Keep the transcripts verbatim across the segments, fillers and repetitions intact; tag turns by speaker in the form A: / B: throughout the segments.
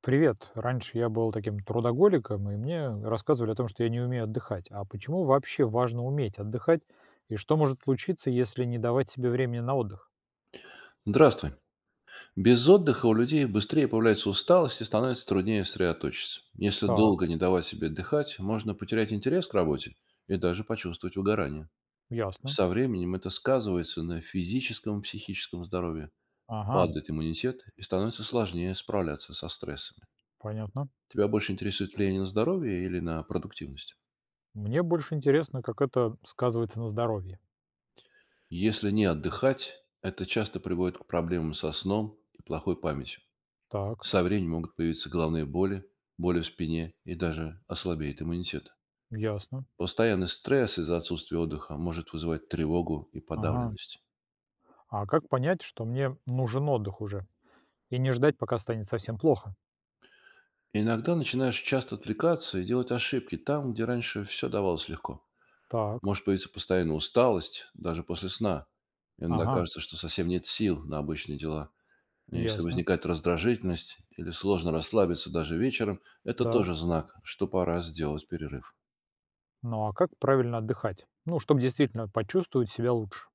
A: Привет. Раньше я был таким трудоголиком, и мне рассказывали о том, что я не умею отдыхать. А почему вообще важно уметь отдыхать? И что может случиться, если не давать себе времени на отдых?
B: Здравствуй. Без отдыха у людей быстрее появляется усталость и становится труднее сосредоточиться. Если
A: Так,
B: долго не давать себе отдыхать, можно потерять интерес к работе и даже почувствовать выгорание.
A: ясно.
B: Со временем это сказывается на физическом и психическом здоровье,
A: Ага,
B: падает иммунитет и становится сложнее справляться со стрессами.
A: понятно.
B: Тебя больше интересует влияние на здоровье или на продуктивность?
A: Мне больше интересно, как это сказывается на здоровье.
B: Если не отдыхать, это часто приводит к проблемам со сном и плохой памятью.
A: Так,
B: Со временем могут появиться головные боли, боли в спине и даже ослабеет иммунитет.
A: ясно.
B: Постоянный стресс из-за отсутствия отдыха может вызывать тревогу и
A: Ага.
B: подавленность.
A: А как понять, что мне нужен отдых уже? И не ждать, пока станет совсем плохо.
B: Иногда начинаешь часто отвлекаться и делать ошибки там, где раньше все давалось легко.
A: Так,
B: Может появиться постоянная усталость, даже после сна. Иногда
A: ага,
B: кажется, что совсем нет сил на обычные дела. И если
A: ясно.
B: возникает раздражительность или сложно расслабиться даже вечером, это
A: Да.
B: тоже знак, что пора сделать перерыв.
A: Ну а как правильно отдыхать? Ну, чтобы действительно почувствовать себя лучше.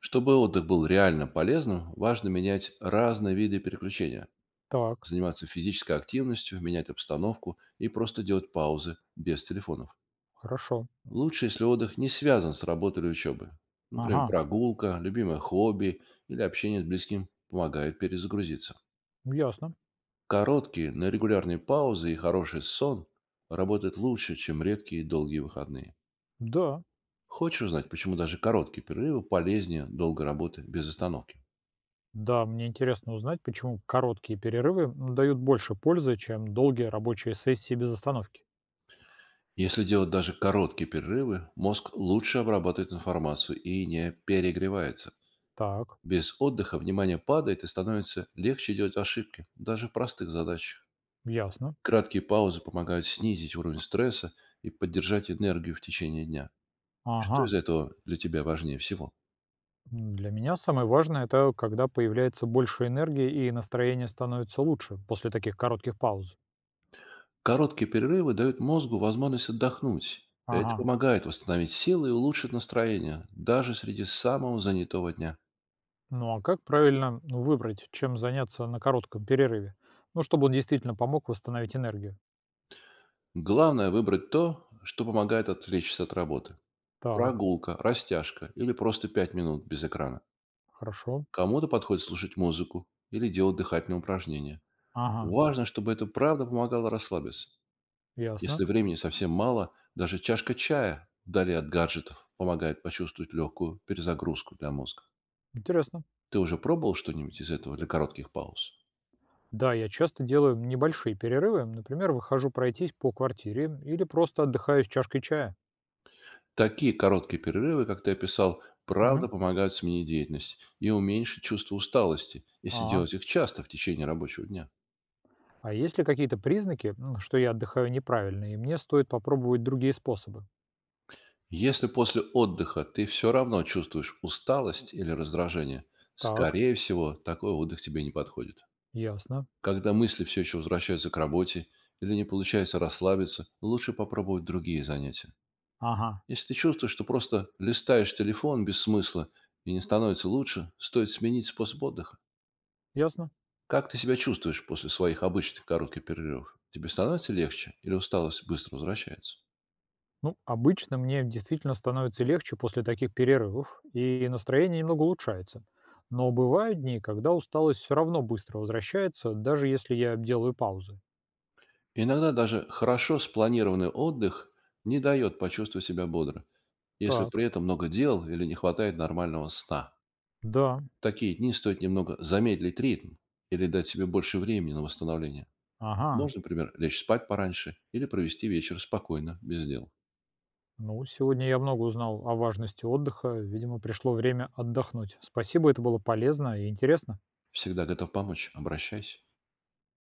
B: Чтобы отдых был реально полезным, важно менять разные виды переключения,
A: Так,
B: заниматься физической активностью, менять обстановку и просто делать паузы без телефонов.
A: хорошо.
B: Лучше, если отдых не связан с работой или учебой. Например,
A: Ага,
B: прогулка, любимое хобби или общение с близким помогает перезагрузиться.
A: ну, ясно.
B: Короткие, но регулярные паузы и хороший сон работают лучше, чем редкие и долгие выходные.
A: Да,
B: Хочешь узнать, почему даже короткие перерывы полезнее долгой работы без остановки?
A: да, мне интересно узнать, почему короткие перерывы м, дают больше пользы, чем долгие рабочие сессии без остановки.
B: Если делать даже короткие перерывы, мозг лучше обрабатывает информацию и не перегревается.
A: Так,
B: Без отдыха внимание падает и становится легче делать ошибки, даже в простых задачах.
A: ясно.
B: Краткие паузы помогают снизить уровень стресса и поддержать энергию в течение дня.
A: Ага.
B: Что из этого для тебя важнее всего?
A: М, Для меня самое важное это когда появляется больше энергии и настроение становится лучше после таких коротких пауз.
B: Короткие перерывы дают мозгу возможность отдохнуть. Это
A: Ага.
B: помогает восстановить силы и улучшить настроение, даже среди самого занятого дня.
A: Ну а как правильно, ну, выбрать, чем заняться на коротком перерыве? Ну, чтобы он действительно помог восстановить энергию.
B: Главное — выбрать то, что помогает отвлечься от работы.
A: Так,
B: Прогулка, растяжка или просто пять минут без экрана.
A: хорошо.
B: Кому-то подходит слушать музыку или делать дыхательные упражнения.
A: Ага,
B: Важно, чтобы это правда помогало расслабиться.
A: ясно.
B: Если времени совсем мало, даже чашка чая вдали от гаджетов помогает почувствовать легкую перезагрузку для мозга.
A: Интересно.
B: Ты уже пробовал что-нибудь из этого для коротких пауз?
A: Да, я часто делаю небольшие перерывы. Например, выхожу пройтись по квартире или просто отдыхаю с чашкой чая.
B: Такие короткие перерывы, как ты описал,
A: Мгм.
B: правда помогают сменить деятельность и уменьшить чувство усталости, если
A: А,
B: делать их часто в течение рабочего дня.
A: А есть ли какие-то признаки, м, что я отдыхаю неправильно, и мне стоит попробовать другие способы?
B: Если после отдыха ты все равно чувствуешь усталость или раздражение,
A: Так,
B: скорее всего, такой отдых тебе не подходит.
A: ясно,
B: Когда мысли все еще возвращаются к работе или не получается расслабиться, лучше попробовать другие занятия.
A: ага.
B: Если ты чувствуешь, что просто листаешь телефон без смысла и не становится лучше, стоит сменить способ отдыха.
A: Ясно.
B: Как ты себя чувствуешь после своих обычных коротких перерывов? Тебе становится легче или усталость быстро возвращается?
A: Ну, обычно мне действительно становится легче после таких перерывов, и настроение немного улучшается. Но бывают дни, когда усталость все равно быстро возвращается, даже если я делаю паузы.
B: Иногда даже хорошо спланированный отдых не дает почувствовать себя бодро, если
A: Так,
B: при этом много дел или не хватает нормального сна.
A: да,
B: В такие дни стоит немного замедлить ритм или дать себе больше времени на восстановление.
A: ага.
B: Можно, например, лечь спать пораньше или провести вечер спокойно, без дел.
A: Ну, сегодня я много узнал о важности отдыха. Видимо, пришло время отдохнуть. Спасибо, это было полезно и интересно.
B: Всегда готов помочь. Обращайся.